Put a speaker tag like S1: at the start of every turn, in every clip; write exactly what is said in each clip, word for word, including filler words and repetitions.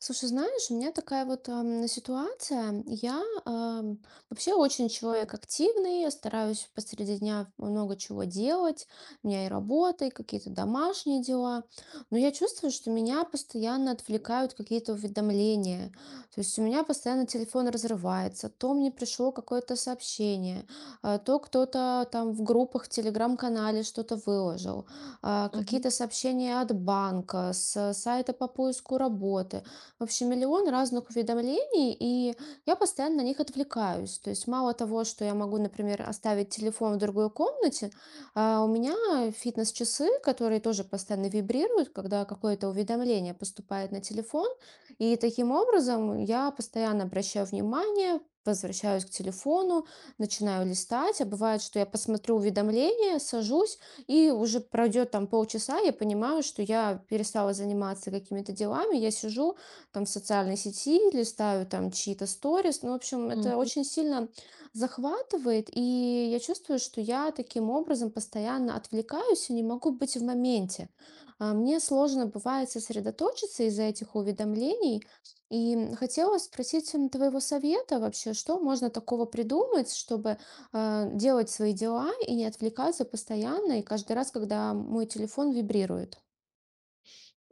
S1: Слушай, знаешь, у меня такая вот ам, ситуация. Я ам, вообще очень человек активный, я стараюсь посреди дня много чего делать. У меня и работа, и какие-то домашние дела. Но я чувствую, что меня постоянно отвлекают какие-то уведомления. То есть у меня постоянно телефон разрывается. То мне пришло какое-то сообщение, а, то кто-то там в группах, в телеграм-канале что-то выложил, а,
S2: Мгм,
S1: какие-то сообщения от банка, с сайта по поиску работы. В общем, миллион разных уведомлений, и я постоянно на них отвлекаюсь. То есть мало того, что я могу, например, оставить телефон в другой комнате, а у меня фитнес-часы, которые тоже постоянно вибрируют, когда какое-то уведомление поступает на телефон. И таким образом я постоянно обращаю внимание, возвращаюсь к телефону, начинаю листать, а бывает, что я посмотрю уведомление, сажусь, и уже пройдет там полчаса, я понимаю, что я перестала заниматься какими-то делами, я сижу, там в социальной сети, листаю там чьи-то сторис. Ну, в общем, это
S2: мгм.
S1: очень сильно захватывает, и я чувствую, что я таким образом постоянно отвлекаюсь и не могу быть в моменте. А, Мне сложно бывает сосредоточиться из-за этих уведомлений, и хотела спросить м, твоего совета вообще, что можно такого придумать, чтобы а, делать свои дела и не отвлекаться постоянно, и каждый раз, когда мой телефон вибрирует.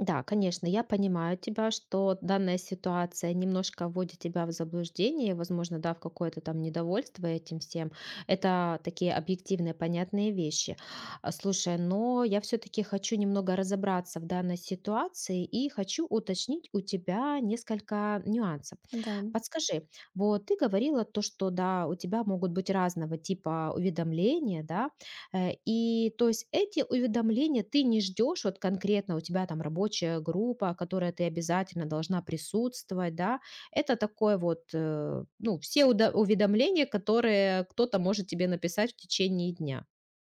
S2: Да, конечно, я понимаю тебя, что данная ситуация немножко вводит тебя в заблуждение, возможно, да, в какое-то там недовольство этим всем. Это такие объективные, понятные вещи. А, Слушай, но я все-таки хочу немного разобраться в данной ситуации и хочу уточнить у тебя несколько нюансов.
S1: Да.
S2: Подскажи, вот ты говорила то, что да, у тебя могут быть разного типа уведомления, да, э, и то есть эти уведомления ты не ждешь, вот конкретно у тебя там рабочая группа, которая ты обязательно должна присутствовать, да, это такое вот, э, ну, все уда- уведомления, которые кто-то может тебе написать в течение дня.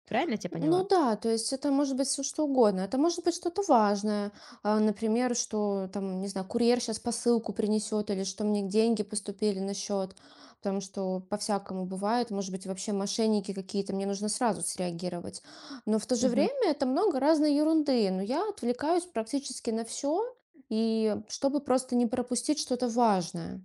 S2: Правильно я тебя
S1: Ну
S2: поняла?
S1: да, то есть это может быть все что угодно. Это может быть что-то важное. А, Например, что там, не знаю, курьер сейчас посылку принесет или что мне деньги поступили на счет. Потому что по-всякому бывает. Может быть, вообще мошенники какие-то. Мне нужно сразу среагировать. Но в то же время это много разной ерунды. Но я отвлекаюсь практически на все. И чтобы просто не пропустить что-то важное.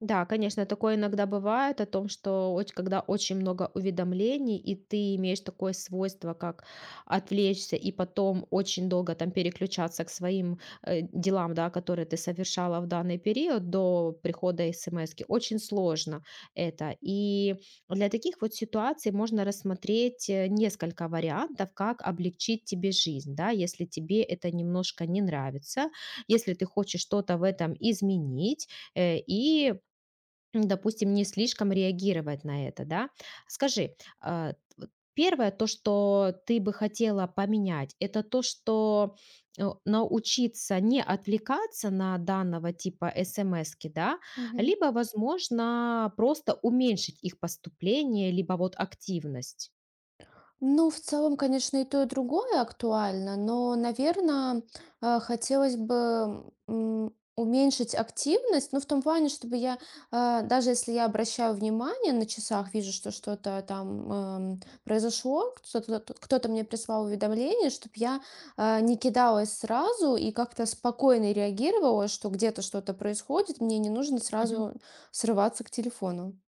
S2: Да, конечно, такое иногда бывает о том, что оч- когда очень много уведомлений, и ты имеешь такое свойство, как отвлечься и потом очень долго там переключаться к своим э, делам, да, которые ты совершала в данный период до прихода смс. Очень сложно это. И для таких вот ситуаций можно рассмотреть э, несколько вариантов, как облегчить тебе жизнь, да, если тебе это немножко не нравится, если ты хочешь что-то в этом изменить, э, и м, допустим, не слишком реагировать на это, да. Скажи, а, вот первое, то, что ты бы хотела поменять, это то, что э, научиться не отвлекаться на данного типа смс, да,
S1: Мгм.
S2: либо, возможно, просто уменьшить их поступление, либо вот активность.
S1: Ну, в целом, конечно, и то, и другое актуально, но, наверное, хотелось бы м, уменьшить активность, ну, в том плане, чтобы я, а, даже если я обращаю внимание на часах, вижу, что что-то там эм, произошло, кто-то кто-то мне прислал уведомление, чтобы я а, не кидалась сразу и как-то спокойно реагировала, что где-то что-то происходит, мне не нужно сразу срываться к телефону.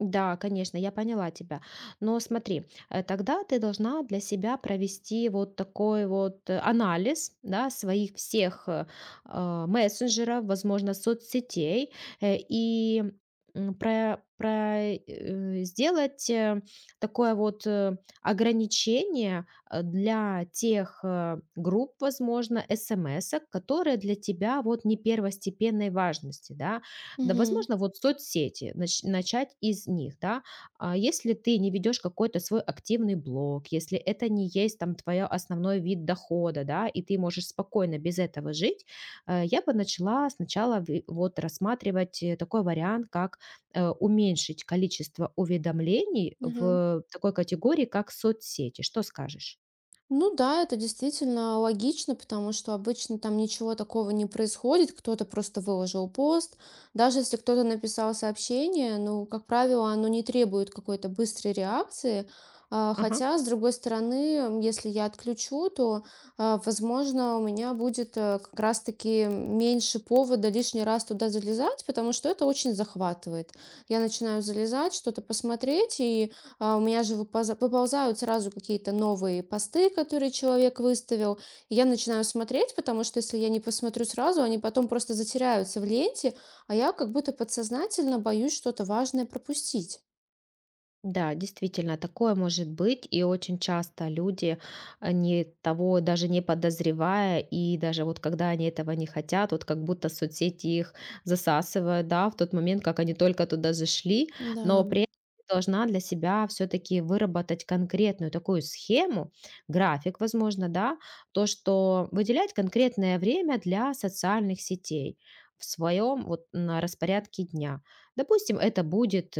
S2: Да, конечно, я поняла тебя. Но смотри, э, тогда ты должна для себя провести вот такой вот э, анализ, да, своих всех э, а, мессенджеров, возможно, соцсетей, э, и м, про, про, э, сделать э, такое вот э, ограничение э, для тех э, групп, возможно, смс, которые для тебя вот не первостепенной важности, да, да,
S1: Мгм.
S2: возможно, вот соцсети, нач- начать из них, да. А если ты не ведешь какой-то свой активный блог, если это не есть там твой основной вид дохода, да, и ты можешь спокойно без этого жить, э, я бы начала сначала ви- вот рассматривать э, такой вариант, как э, уменьшить количество уведомлений
S1: Мгм.
S2: в такой категории, как соцсети. Что скажешь?
S1: Ну да, это действительно логично, потому что обычно там ничего такого не происходит, кто-то просто выложил пост. Даже если кто-то написал сообщение, ну, как правило, оно не требует какой-то быстрой реакции. А,
S2: Ага.
S1: Хотя, с другой стороны, м, если я отключу, то, а, возможно, у меня будет э, как раз-таки меньше повода лишний раз туда залезать, потому что это очень захватывает. Я начинаю залезать, что-то посмотреть, и а, у меня же выпоза- выползают сразу какие-то новые посты, которые человек выставил. И я начинаю смотреть, потому что если я не посмотрю сразу, они потом просто затеряются в ленте, а я как будто подсознательно боюсь что-то важное пропустить.
S2: Да, действительно, такое может быть, и очень часто люди, они того даже не подозревая, и даже вот когда они этого не хотят, вот как будто соцсети их засасывают, да, в тот момент, как они только туда зашли,
S1: Да.
S2: но при этом ты должна для себя все-таки выработать конкретную такую схему, график, возможно, да, то, что выделять конкретное время для социальных сетей в своем вот на распорядке дня. Допустим, это будет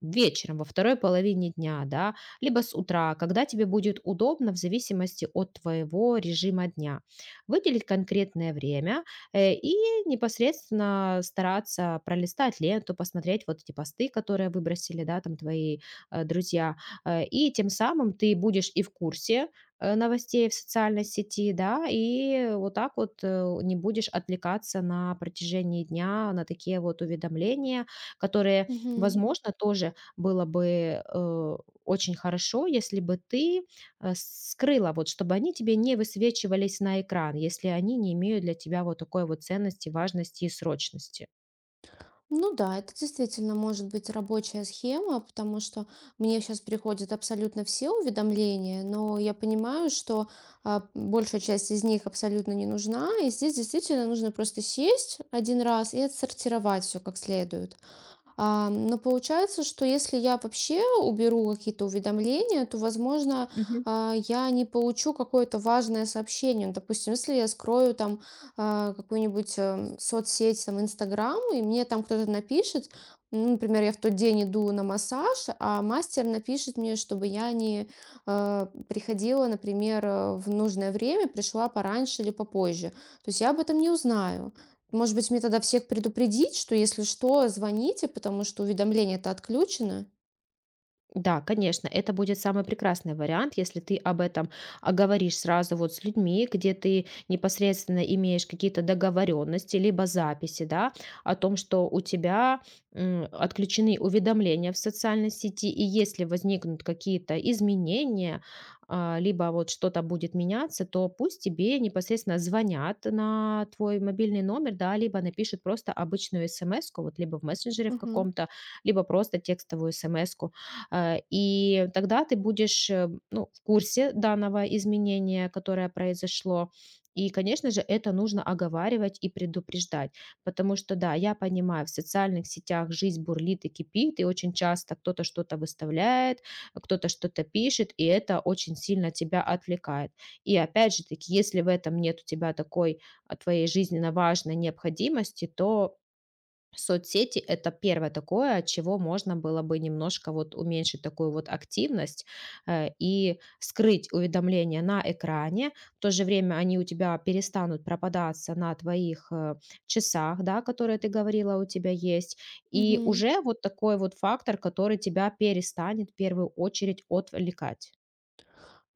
S2: вечером, во второй половине дня, да, либо с утра, когда тебе будет удобно в зависимости от твоего режима дня. Выделить конкретное время э, и непосредственно стараться пролистать ленту, посмотреть вот эти посты, которые выбросили, да, там твои э, друзья. Э, И тем самым ты будешь и в курсе э, новостей в социальной сети, да, и вот так вот э, не будешь отвлекаться на протяжении дня на такие вот уведомления, которые,
S1: Мгм.
S2: возможно, тоже было бы, э, очень хорошо, если бы ты, э, скрыла, вот чтобы они тебе не высвечивались на экран, если они не имеют для тебя вот такой вот ценности, важности и срочности.
S1: Ну да, это действительно может быть рабочая схема, потому что мне сейчас приходят абсолютно все уведомления, но я понимаю, что а, большая часть из них абсолютно не нужна, и здесь действительно нужно просто сесть один раз и отсортировать все как следует. А, но получается, что если я вообще уберу какие-то уведомления, то, возможно, а, я не получу какое-то важное сообщение. Ну, допустим, если я скрою там а, какую-нибудь эм, соцсеть, там, Инстаграм, и мне там кто-то напишет, ну, например, я в тот день иду на массаж, а мастер напишет мне, чтобы я не э, приходила, например, э, в нужное время, пришла пораньше или попозже. То есть я об этом не узнаю. Может быть, мне тогда всех предупредить, что если что, звоните, потому что уведомление то отключено.
S2: Да, конечно, это будет самый прекрасный вариант, если ты об этом а, говоришь сразу вот с людьми, где ты непосредственно имеешь какие-то договоренности, либо записи, да, о том, что у тебя м, отключены уведомления в социальной сети, и если возникнут какие-то изменения, а, либо вот что-то будет меняться, то пусть тебе непосредственно звонят на твой мобильный номер, да, либо напишут просто обычную смс вот либо в мессенджере в
S1: Мгм.
S2: каком-то, либо просто текстовую смс. Э, и тогда ты будешь, э, ну, в курсе данного изменения, которое произошло. И, конечно же, это нужно оговаривать и предупреждать, потому что, да, я понимаю, в социальных сетях жизнь бурлит и кипит, и очень часто кто-то что-то выставляет, кто-то что-то пишет, и это очень сильно тебя отвлекает. И опять же таки, если в этом нет у тебя такой а, твоей жизненно важной необходимости, то соцсети — это первое такое, от чего можно было бы немножко вот уменьшить такую вот активность, э, и скрыть уведомления на экране. В то же время они у тебя перестанут пропадаться на твоих, э, часах, да, которые ты говорила, у тебя есть. И
S1: Мгм.
S2: уже вот такой вот фактор, который тебя перестанет в первую очередь отвлекать.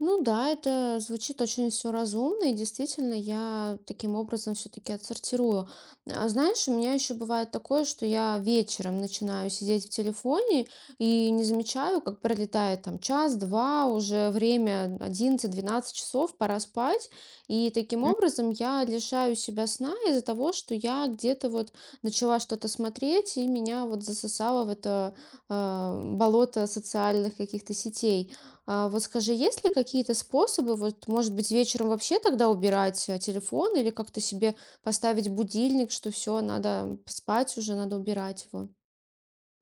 S1: Ну да, это звучит очень все разумно, и действительно я таким образом все-таки отсортирую. А знаешь, у меня еще бывает такое, что я вечером начинаю сидеть в телефоне и не замечаю, как пролетает там час-два, уже время одиннадцать-двенадцать часов, пора спать. И таким образом я лишаю себя сна из-за того, что я где-то вот начала что-то смотреть, и меня вот засосало в это э, болото социальных каких-то сетей. А, вот скажи, есть ли какие-то способы, вот, может быть, вечером вообще тогда убирать э, телефон или как-то себе поставить будильник, что все, надо спать уже, надо убирать его?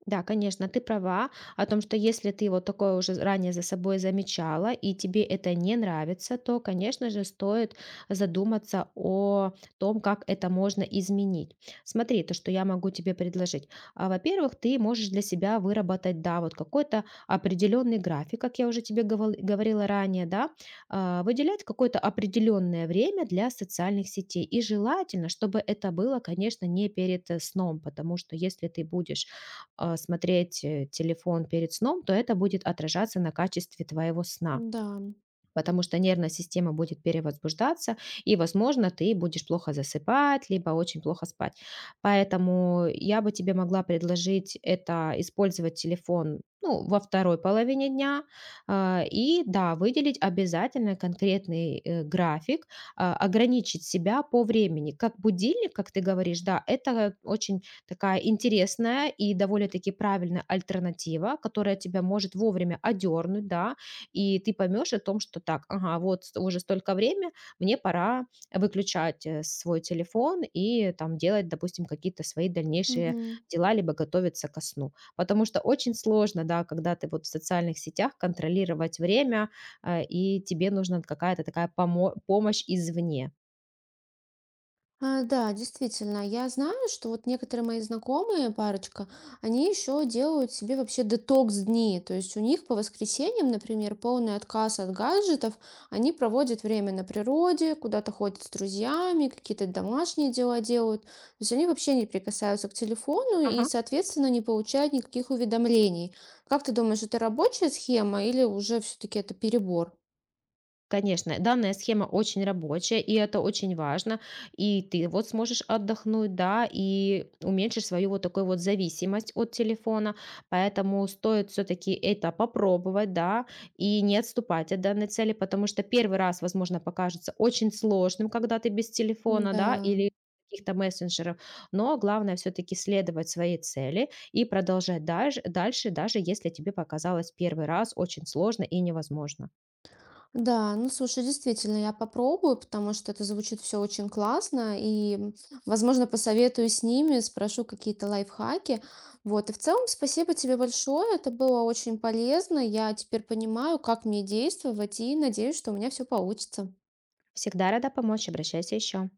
S2: Да, конечно, ты права о том, что если ты вот такое уже ранее за собой замечала и тебе это не нравится, то, конечно же, стоит задуматься о том, как это можно изменить. Смотри, то, что я могу тебе предложить. А, Во-первых, ты можешь для себя выработать, да, вот какой-то определенный график, как я уже тебе говорил- говорила ранее, да, а, выделять какое-то определенное время для социальных сетей. И желательно, чтобы это было, конечно, не перед э, сном, потому что если ты будешь а, смотреть, э, телефон перед сном, то это будет отражаться на качестве твоего сна,
S1: Да.
S2: потому что нервная система будет перевозбуждаться, и, возможно, ты будешь плохо засыпать, либо очень плохо спать. Поэтому я бы тебе могла предложить это использовать телефон ну, во второй половине дня, а, и да, выделить обязательно конкретный э, график, а, ограничить себя по времени. Как будильник, как ты говоришь, да, это очень такая интересная и довольно-таки правильная альтернатива, которая тебя может вовремя одернуть, да, и ты поймешь о том, что так, ага, вот ст- уже столько время, мне пора выключать э, свой телефон и там делать, допустим, какие-то свои дальнейшие
S1: Мгм.
S2: дела, либо готовиться ко сну. Потому что очень сложно, да, когда ты вот в социальных сетях контролировать время, э, и тебе нужна какая-то такая помо- помощь извне.
S1: А, да, действительно, я знаю, что вот некоторые мои знакомые, парочка, они еще делают себе вообще детокс-дни. То есть у них по воскресеньям, например, полный отказ от гаджетов, они проводят время на природе, куда-то ходят с друзьями, какие-то домашние дела делают. То есть они вообще не прикасаются к телефону и,
S2: Ага.
S1: соответственно, не получают никаких уведомлений. Как ты думаешь, это рабочая схема или уже все-таки это перебор?
S2: Конечно, данная схема очень рабочая, и это очень важно. И ты вот сможешь отдохнуть, да, и уменьшишь свою вот такую вот зависимость от телефона. Поэтому стоит все-таки это попробовать, да, и не отступать от данной цели, потому что первый раз, возможно, покажется очень сложным, когда ты без телефона, да,
S1: Да.
S2: или каких-то мессенджеров, но главное все-таки следовать своей цели и продолжать дальше, дальше, даже если тебе показалось первый раз очень сложно и невозможно.
S1: Да, ну слушай, действительно, я попробую, потому что это звучит все очень классно, и, м, возможно, посоветую с ними, спрошу какие-то лайфхаки. Вот, и в целом спасибо тебе большое, это было очень полезно, я теперь понимаю, как мне действовать, и надеюсь, что у меня все получится.
S2: Всегда рада помочь, обращайся еще.